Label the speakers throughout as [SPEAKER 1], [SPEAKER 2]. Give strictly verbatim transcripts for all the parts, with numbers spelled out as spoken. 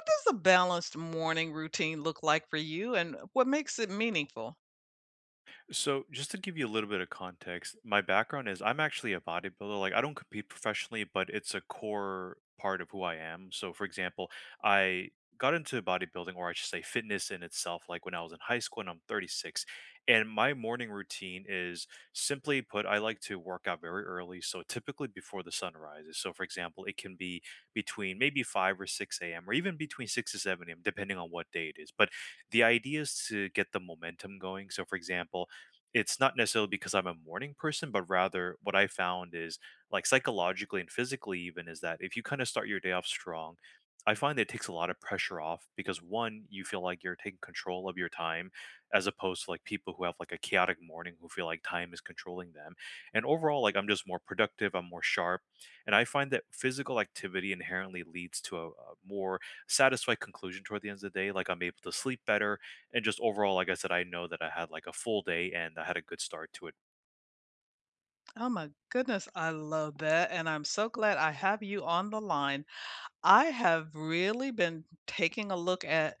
[SPEAKER 1] What does a balanced morning routine look like for you and what makes it meaningful?
[SPEAKER 2] So, just to give you a little bit of context, my background is I'm actually a bodybuilder. Like, I don't compete professionally, but it's a core part of who I am. So, for example, I got into bodybuilding, or I should say fitness in itself, like when I was in high school and I'm thirty-six. And my morning routine is simply put, I like to work out very early. So, typically before the sun rises. So, for example, it can be between maybe five or six a m, or even between six to seven a m, depending on what day it is. But the idea is to get the momentum going. So, for example, it's not necessarily because I'm a morning person, but rather what I found is like psychologically and physically, even is that if you kind of start your day off strong, I find that it takes a lot of pressure off because one, you feel like you're taking control of your time as opposed to like people who have like a chaotic morning who feel like time is controlling them. And overall, like I'm just more productive, I'm more sharp. And I find that physical activity inherently leads to a, a more satisfied conclusion toward the end of the day. Like I'm able to sleep better, and just overall, like I said, I know that I had like a full day and I had a good start to it.
[SPEAKER 1] Oh my goodness, I love that. And I'm so glad I have you on the line. I have really been taking a look at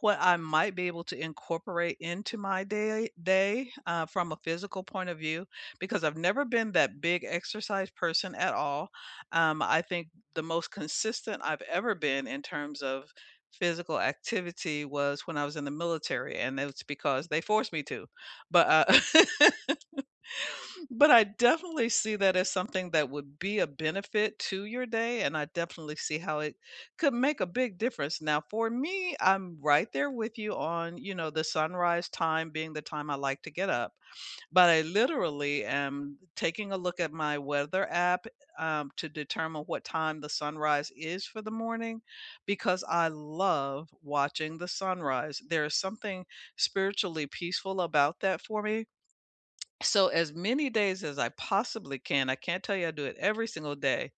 [SPEAKER 1] what I might be able to incorporate into my day day uh, from a physical point of view because I've never been that big exercise person at all. Um, I think the most consistent I've ever been in terms of physical activity was when I was in the military, and it's because they forced me to. But uh, But I definitely see that as something that would be a benefit to your day, and I definitely see how it could make a big difference. Now, for me, I'm right there with you on, you know, the sunrise time being the time I like to get up. But I literally am taking a look at my weather app um, to determine what time the sunrise is for the morning because I love watching the sunrise. There is something spiritually peaceful about that for me, so as many days as I possibly can, I can't tell you I do it every single day,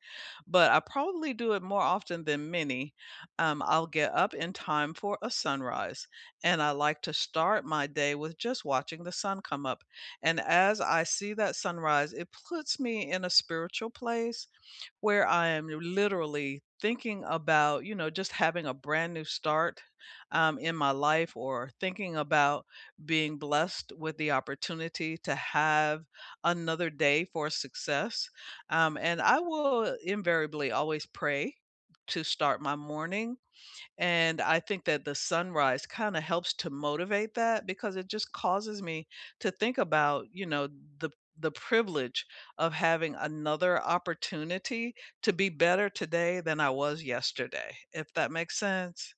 [SPEAKER 1] but I probably do it more often than many. Um, I'll get up in time for a sunrise, and I like to start my day with just watching the sun come up. And as I see that sunrise, it puts me in a spiritual place where I am literally thinking about, you know, just having a brand new start, um, in my life, or thinking about being blessed with the opportunity to have another day for success. Um, and I will invariably always pray to start my morning, and I think that the sunrise kinda helps to motivate that because it just causes me to think about, you know, the the privilege of having another opportunity to be better today than I was yesterday, if that makes sense.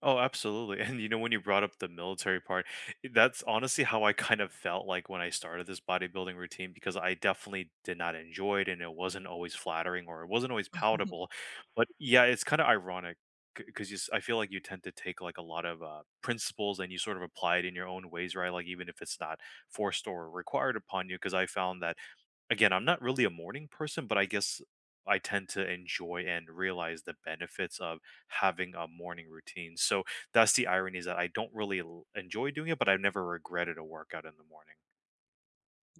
[SPEAKER 2] Oh, absolutely. And you know, when you brought up the military part, i- that's honestly how I kind of felt like when I started this bodybuilding routine because I definitely did not enjoy it and it wasn't always flattering or it wasn't always
[SPEAKER 1] Mhm.
[SPEAKER 2] palatable. But yeah, it's kind of ironic because you, s- I feel like you tend to take like a lot of uh, principles and you sort of apply it in your own ways, right? Like even if it's not forced or required upon you, because I found that again, I'm not really a morning person, but I guess I tend to enjoy and realize the benefits of having a morning routine. So that's the irony is that I don't really l- enjoy doing it, but I've never regretted a workout in the morning.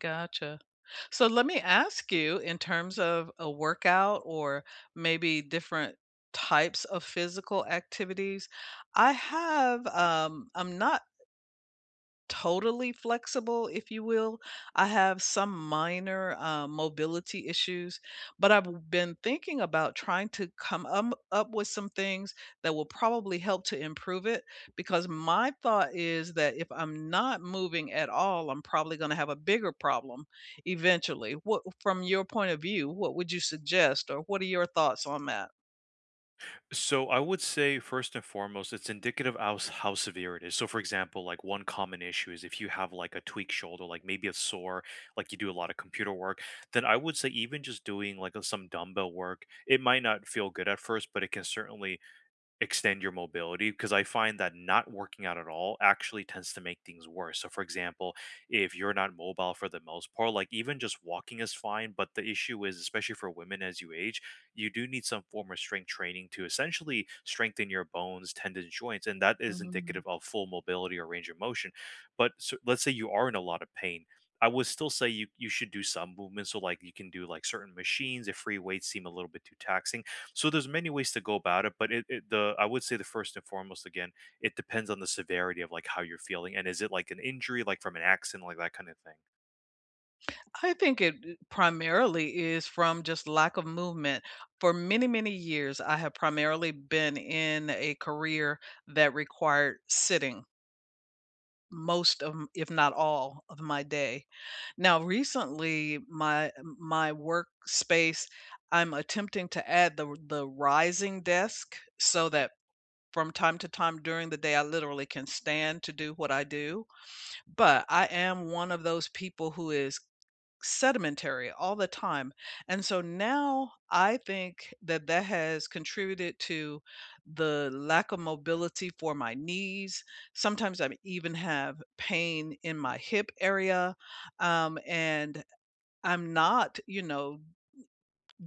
[SPEAKER 1] Gotcha. So let me ask you, in terms of a workout or maybe different types of physical activities, I have, um I'm not totally flexible, if you will. I have some minor uh, mobility issues, but I've been thinking about trying to come um, up with some things that will probably help to improve it because my thought is that if I'm not moving at all, I'm probably going to have a bigger problem eventually. What, from your point of view, what would you suggest or what are your thoughts on that?
[SPEAKER 2] So I would say first and foremost, it's indicative of how, s- how severe it is. So for example, like one common issue is if you have like a tweaked shoulder, like maybe a sore, like you do a lot of computer work, then I would say even just doing like a- some dumbbell work, it might not feel good at first, but it can certainly extend your mobility because I find that not working out at all actually tends to make things worse. So, for example, if you're not mobile for the most part, like even just walking is fine. But the issue is, especially for women as you age, you do need some form of strength training to essentially strengthen your bones, tendons, joints. And that is indicative of full mobility or range of motion. But so, let's say you are in a lot of pain. I would still say you, you should do some movement. So, like, you can do like certain machines if free weights seem a little bit too taxing, so there's many ways to go about it, but it, it the I would say the first and foremost again, it depends on the severity of like how you're feeling and is it like an injury like from an accident like that kind of thing.
[SPEAKER 1] I think it uh, primarily is from just lack of movement. For many, many years, I have primarily been in a career that required sitting most of, m- if not all, of my day. Now, recently, my my work space, I'm attempting to add the the rising desk so that from time to time during the day, I literally can stand to do what I do. But I am one of those people who is sedimentary all the time. And so now I think that that has contributed to the lack of mobility for my knees. Sometimes I even have pain in my hip area. Um, and I'm not, you know,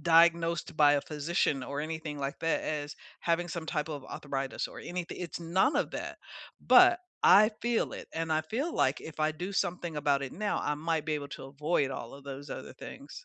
[SPEAKER 1] diagnosed by a physician or anything like that as having some type of arthritis or anything. It's none of that. But I feel it. And I feel like if I do something about it now, I might be able to avoid all of those other things.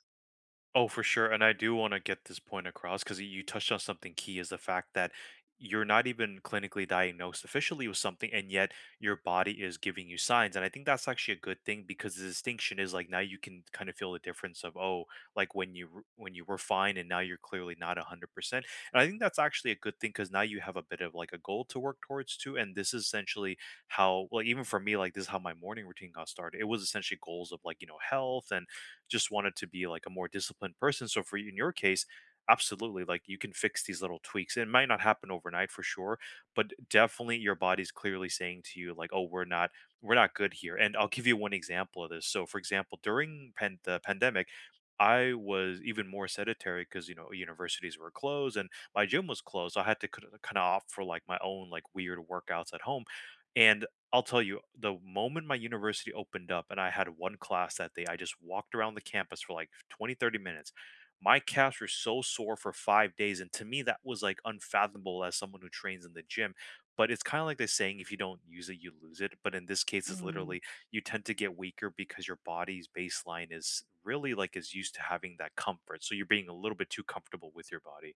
[SPEAKER 2] Oh, for sure. And I do want to get this point across because you touched on something key is the fact that you're not even clinically diagnosed officially with something, and yet your body is giving you signs. And I think that's actually a good thing because the distinction is like now you can kind of feel the difference of oh, like when you were- when you were fine and now you're clearly not one hundred percent. And I think that's actually a good thing because now you have a bit of like a goal to work towards too. And this is essentially how like even for me, like this is how my morning routine got started. It was essentially goals of like, you know, health and just wanted to be like a more disciplined person. So for you, in your case, absolutely, like you can fix these little tweaks. It might not happen overnight for sure, but definitely your body's clearly saying to you like, "Oh, we're not we're not good here." And I'll give you one example of this. So for example, during pan- the pandemic, I was even more sedentary because you know universities were closed and my gym was closed. So I had to kind of opt for like my own like weird workouts at home, and I'll tell you, the moment my university opened up and I had one class that day, I just walked around the campus for like twenty, thirty minutes. My calves were so sore for five days. And to me, that was like unfathomable as someone who trains in the gym. But it's kind of like the saying, if you don't use it, you lose it. But in this case, it's
[SPEAKER 1] Mm.
[SPEAKER 2] literally you tend to get weaker because your body's baseline is really like is used to having that comfort. So you're being a little bit too comfortable with your body.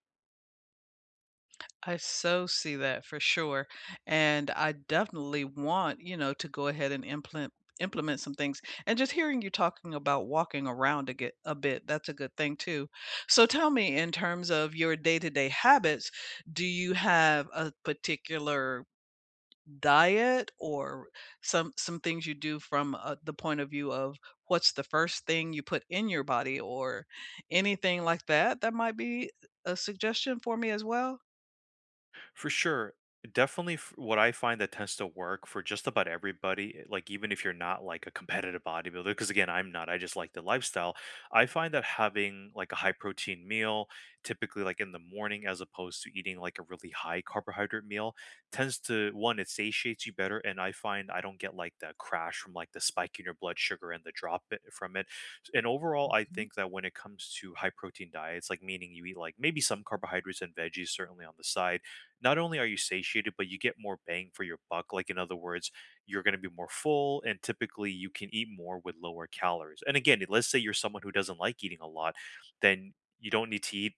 [SPEAKER 1] I so see that for sure. And I definitely want, you know, to go ahead and implement implement some things. And just hearing you talking about walking around a, get, a bit, that's a good thing too. So tell me, in terms of your day-to-day habits, do you have a particular diet or some some things you do from, uh, the point of view of what's the first thing you put in your body or anything like that that might be a suggestion for me as well?
[SPEAKER 2] For sure. Definitely f- what I find that tends to work for just about everybody, eh, like even if you're not like a competitive bodybuilder, because again, I'm not, I just like the lifestyle. I find that having like a high protein meal, typically like in the morning, as opposed to eating like a really high carbohydrate meal, tends to one, it satiates you better. And I find I don't get like the crash from like the spike in your blood sugar and the drop it from it. And overall, I think that when it comes to high protein diets, like meaning you eat like maybe some carbohydrates and veggies, certainly on the side, not only are you satiated, but you get more bang for your buck. Like, in other words, you're going to be more full, and typically you can eat more with lower calories. And again, let's say you're someone who doesn't like eating a lot, then you don't need to eat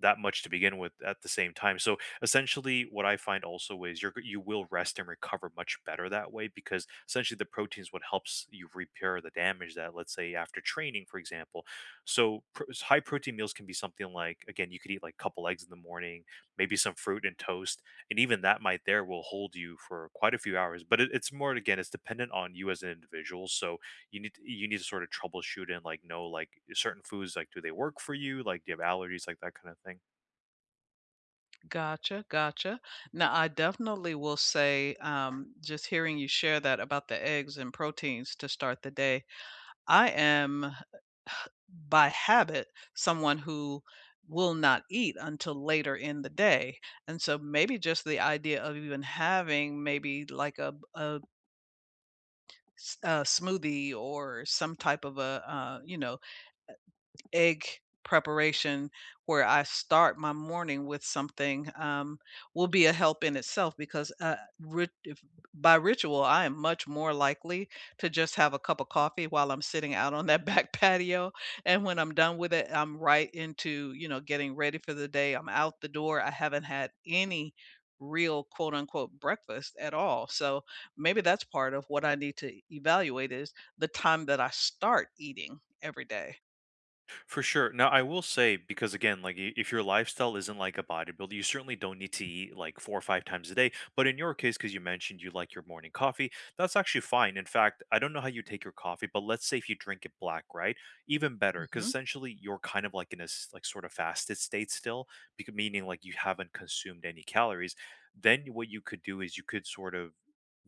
[SPEAKER 2] that much to begin with at the same time. So essentially what I find also is you're g- you will rest and recover much better that way because essentially the protein is what helps you repair the damage that let's say after training for example. So pr- s- high protein meals can be something like again you could eat like a couple eggs in the morning, maybe some fruit and toast and even that might there will hold you for quite a few hours but it, it's more again it's dependent on you as an individual. So you need to, you need to sort of troubleshoot and like know like certain foods like do they work for you like do you have allergies like that kind of thing.
[SPEAKER 1] Gotcha, gotcha. Now, I definitely will say, um, just hearing you share that about the eggs and proteins to start the day, I am by habit someone who will not eat until later in the day. And so maybe just the idea of even having maybe like a, a, s- a smoothie or some type of a, uh, you know, egg preparation where I start my morning with something um, will be a help in itself because uh, rit- if, by ritual, I am much more likely to just have a cup of coffee while I'm sitting out on that back patio. And when I'm done with it, I'm right into, you know, getting ready for the day. I'm out the door. I haven't had any real quote unquote breakfast at all. So maybe that's part of what I need to evaluate is the time that I start eating every day.
[SPEAKER 2] For sure. Now, I will say because again, like i- if your lifestyle isn't like a bodybuilder, you certainly don't need to eat like four or five times a day. But in your case, because you mentioned you like your morning coffee, that's actually fine. In fact, I don't know how you take your coffee, but let's say if you drink it black, right? Even better, because essentially you're kind of like in a s- like sort of fasted state still, because meaning like you haven't consumed any calories. Then what you could do is you could sort of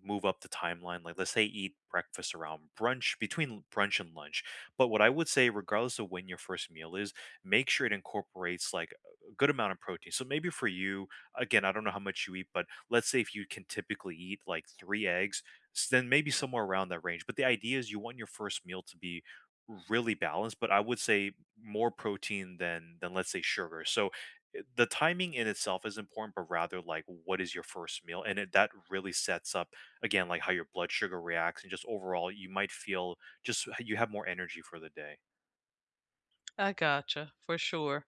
[SPEAKER 2] move up the timeline. Like let's say eat breakfast around brunch, between brunch and lunch, but what I would say, regardless of when your first meal is, make sure it incorporates like a good amount of protein. So maybe for you, again, I don't know how much you eat, but let's say if you can typically eat like three eggs, s- then maybe somewhere around that range. But the idea is you want your first meal to be really balanced, but I would say more protein than than let's say sugar. So i- the timing in itself is important, but rather like what is your first meal, and it, that really sets up again like how your blood sugar reacts, and just overall you might feel just you have more energy for the day.
[SPEAKER 1] I gotcha, for sure.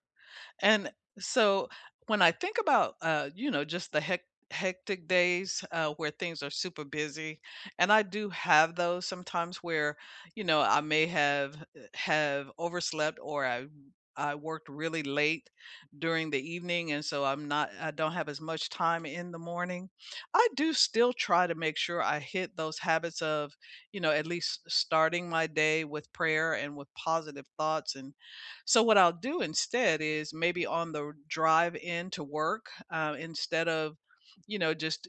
[SPEAKER 1] And so when I think about, uh, you know, just the hec- hectic days uh, where things are super busy, and I do have those sometimes where, you know, I may have uh, have overslept, or I I worked really late during the evening, and so I'm not I don't have as much time in the morning. I do still try to make sure I hit those habits of, you know, at least starting my day with prayer and with positive thoughts. And so what I'll do instead is maybe on the drive in to work, uh, instead of, you know, just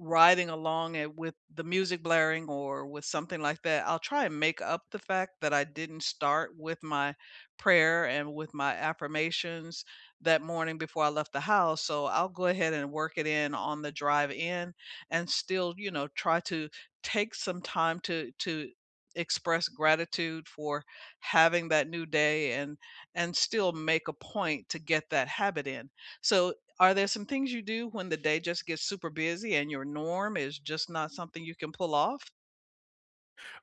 [SPEAKER 1] riding along it with the music blaring or with something like that, I'll try and make up the fact that I didn't start with my prayer and with my affirmations that morning before I left the house. So I'll go ahead and work it in on the drive in and still, you know, try to take some time to to express gratitude for having that new day, and and still make a point to get that habit in. So are there some things you do when the day just gets super busy and your norm is just not something you can pull off?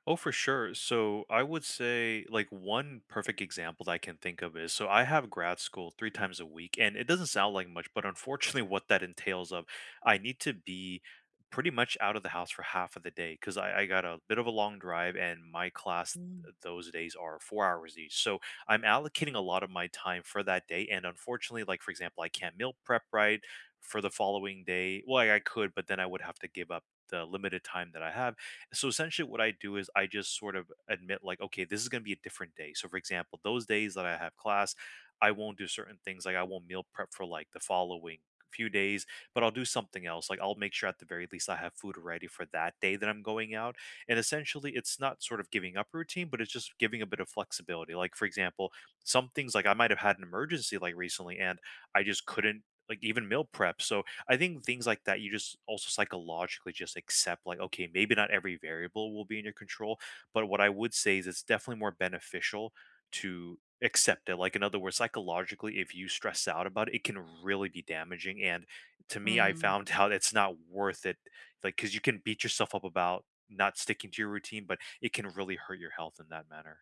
[SPEAKER 2] Oh, for sure. So I would say like one perfect example that I can think of is so I have grad school three times a week, and it doesn't sound like much, but unfortunately, what that entails of I need to be pretty much out of the house for half of the day because I, I got a bit of a long drive and my class
[SPEAKER 1] Mm.
[SPEAKER 2] uh, those days are four hours each. So I'm allocating a lot of my time for that day. And unfortunately, like for example, I can't meal prep right for the following day. Well, I, I could, but then I would have to give up the limited time that I have, so essentially what I do is I just sort of admit like, okay, this is going to be a different day. So for example, those days that I have class, I won't do certain things like I won't meal prep for like the following few days, but I'll do something else. Like I'll make sure at the very least I have food ready for that day that I'm going out. And essentially it's not sort of giving up routine, but it's just giving a bit of flexibility. Like for example, some things like I might have had an emergency like recently and I just couldn't like even meal prep. So I think things like that, you just also psychologically just accept, like, okay, maybe not every variable will be in your control. But what I would say is it's definitely more beneficial to accept it. Like, in other words, psychologically, if you stress out about it, it can really be damaging. And to me, I
[SPEAKER 1] Mm,
[SPEAKER 2] found out it's not worth it. Like, because you can beat yourself up about not sticking to your routine, but it can really hurt your health in that manner.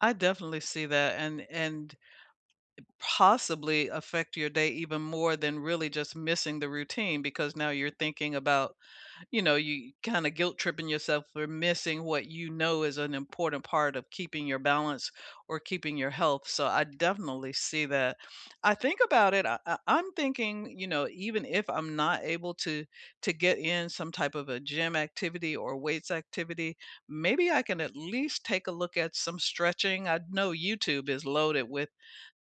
[SPEAKER 1] I definitely see that, and and possibly affect your day even more than really just missing the routine, because now you're thinking about, you know, you kind of guilt tripping yourself for missing what you know is an important part of keeping your balance or keeping your health. So I definitely see that. I think about it. I, I- I'm thinking, you know, even if I'm not able to to get in some type of a gym activity or weights activity, maybe I can at least take a look at some stretching. I know YouTube is loaded with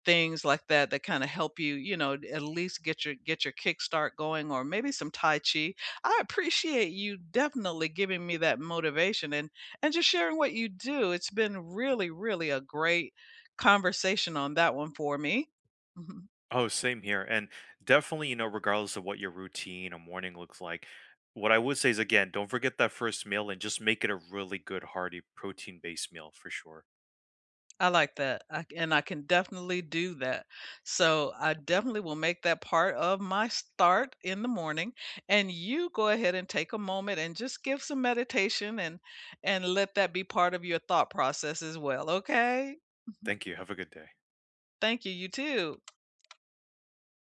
[SPEAKER 1] things like that that kind of help you, you know, at least get your get your kickstart going, or maybe some tai chi. I appreciate you definitely giving me that motivation and and just sharing what you do. It's been really really a great conversation on that one for me.
[SPEAKER 2] Oh, same here. And definitely, you know, regardless of what your routine or morning looks like, what I would say is again, don't forget that first meal and just make it a really good, hearty, protein based meal for sure.
[SPEAKER 1] I like that, I c and I can definitely do that. So, I definitely will make that part of my start in the morning, and you go ahead and take a moment and just give some meditation, and and let that be part of your thought process as well, okay?
[SPEAKER 2] Thank you. Have a good day.
[SPEAKER 1] Thank you, you too.